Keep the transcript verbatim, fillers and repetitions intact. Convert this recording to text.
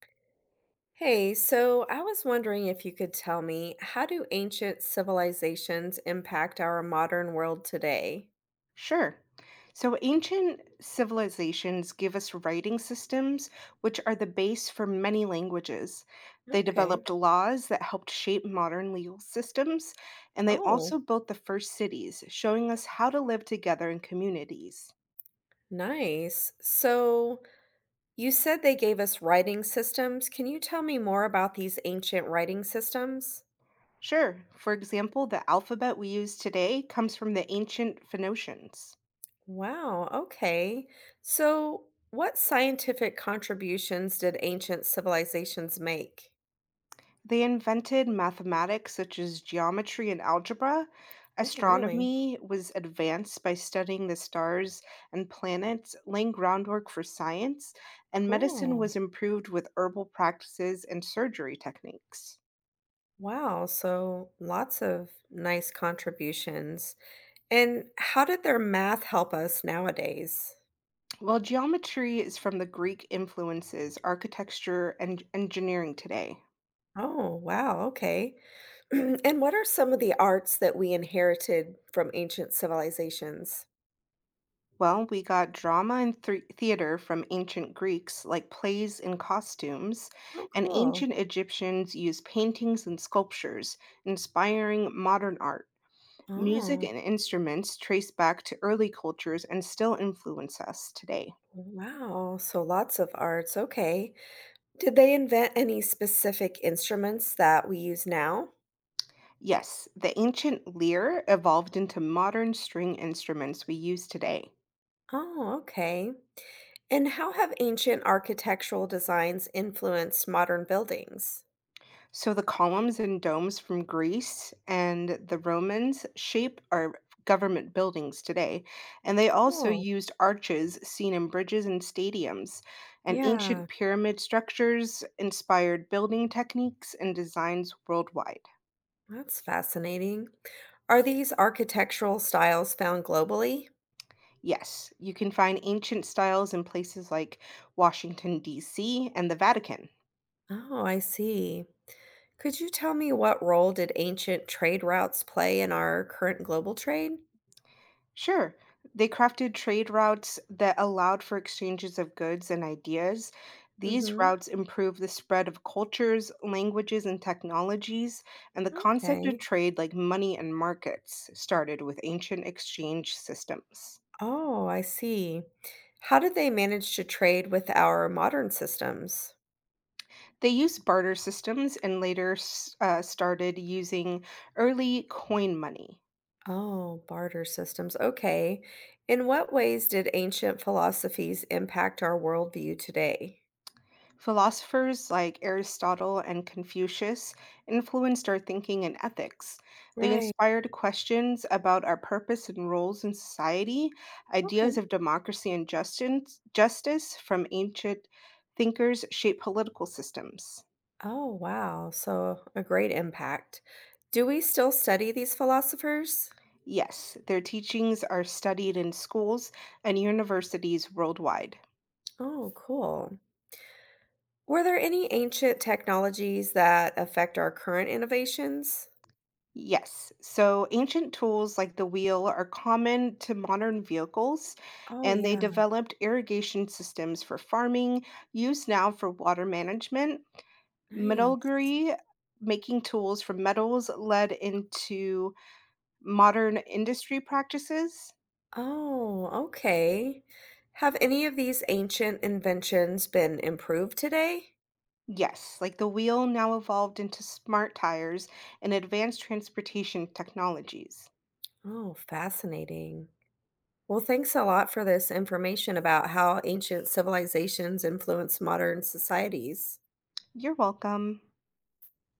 Hey, so I was wondering if you could tell me, how do ancient civilizations impact our modern world today? Sure. So ancient civilizations give us writing systems, which are the base for many languages. They Okay. developed laws that helped shape modern legal systems, and they also Oh, built the first cities, showing us how to live together in communities. nice. So you said they gave us writing systems. Can you tell me more about these ancient writing systems? Sure, for example, the alphabet we use today comes from the ancient Phoenicians. Wow, okay. So what scientific contributions did ancient civilizations make? They invented mathematics such as geometry and algebra. Oh, really? Astronomy was advanced by studying the stars and planets, laying groundwork for science, and medicine Cool. was improved with herbal practices and surgery techniques. Wow. So lots of nice contributions. And how did their math help us nowadays? While geometry is from the Greek influences, architecture, and engineering today. Oh, wow, okay. And what are some of the arts that we inherited from ancient civilizations? Well, we got drama and thre- theater from ancient Greeks, like plays and costumes, Oh, and ancient cool. Egyptians used paintings and sculptures, inspiring modern art. Music Oh, and instruments trace back to early cultures and still influence us today. wow. So lots of arts. Okay. Did they invent any specific instruments that we use now? Yes, the ancient lyre evolved into modern string instruments we use today. Oh, okay. And how have ancient architectural designs influenced modern buildings? So the columns and domes from Greece and the Romans shape our government buildings today. And they also Cool. used arches seen in bridges and stadiums. And ancient Yeah. pyramid structures inspired building techniques and designs worldwide. That's fascinating. Are these architectural styles found globally? Yes, you can find ancient styles in places like Washington, D C, and the Vatican. Oh, I see. Could you tell me, what role did ancient trade routes play in our current global trade? Sure. They crafted trade routes that allowed for exchanges of goods and ideas. These Mm-hmm. routes improved the spread of cultures, languages, and technologies, and the concept of Okay. trade, like money and markets, started with ancient exchange systems. Oh, I see. How did they manage to trade with our modern systems? They used barter systems and later s- uh, started using early coin money. Oh, barter systems. Okay. In what ways did ancient philosophies impact our worldview today? Philosophers like Aristotle and Confucius influenced our thinking and ethics. They Right. inspired questions about our purpose and roles in society, ideas Okay. of democracy and justice, justice from ancient thinkers shape political systems. Oh, wow. So a great impact. Do we still study these philosophers? Yes, their teachings are studied in schools and universities worldwide. Oh, cool. Were there any ancient technologies that affect our current innovations? Yes. So ancient tools like the wheel are common to modern vehicles, Oh, and they yeah. developed irrigation systems for farming, used now for water management, Nice. metallurgy, making tools from metals led into modern industry practices. Oh, okay. Have any of these ancient inventions been improved today? Yes, like the wheel now evolved into smart tires and advanced transportation technologies. Oh, fascinating. Well, thanks a lot for this information about how ancient civilizations influence modern societies. You're welcome.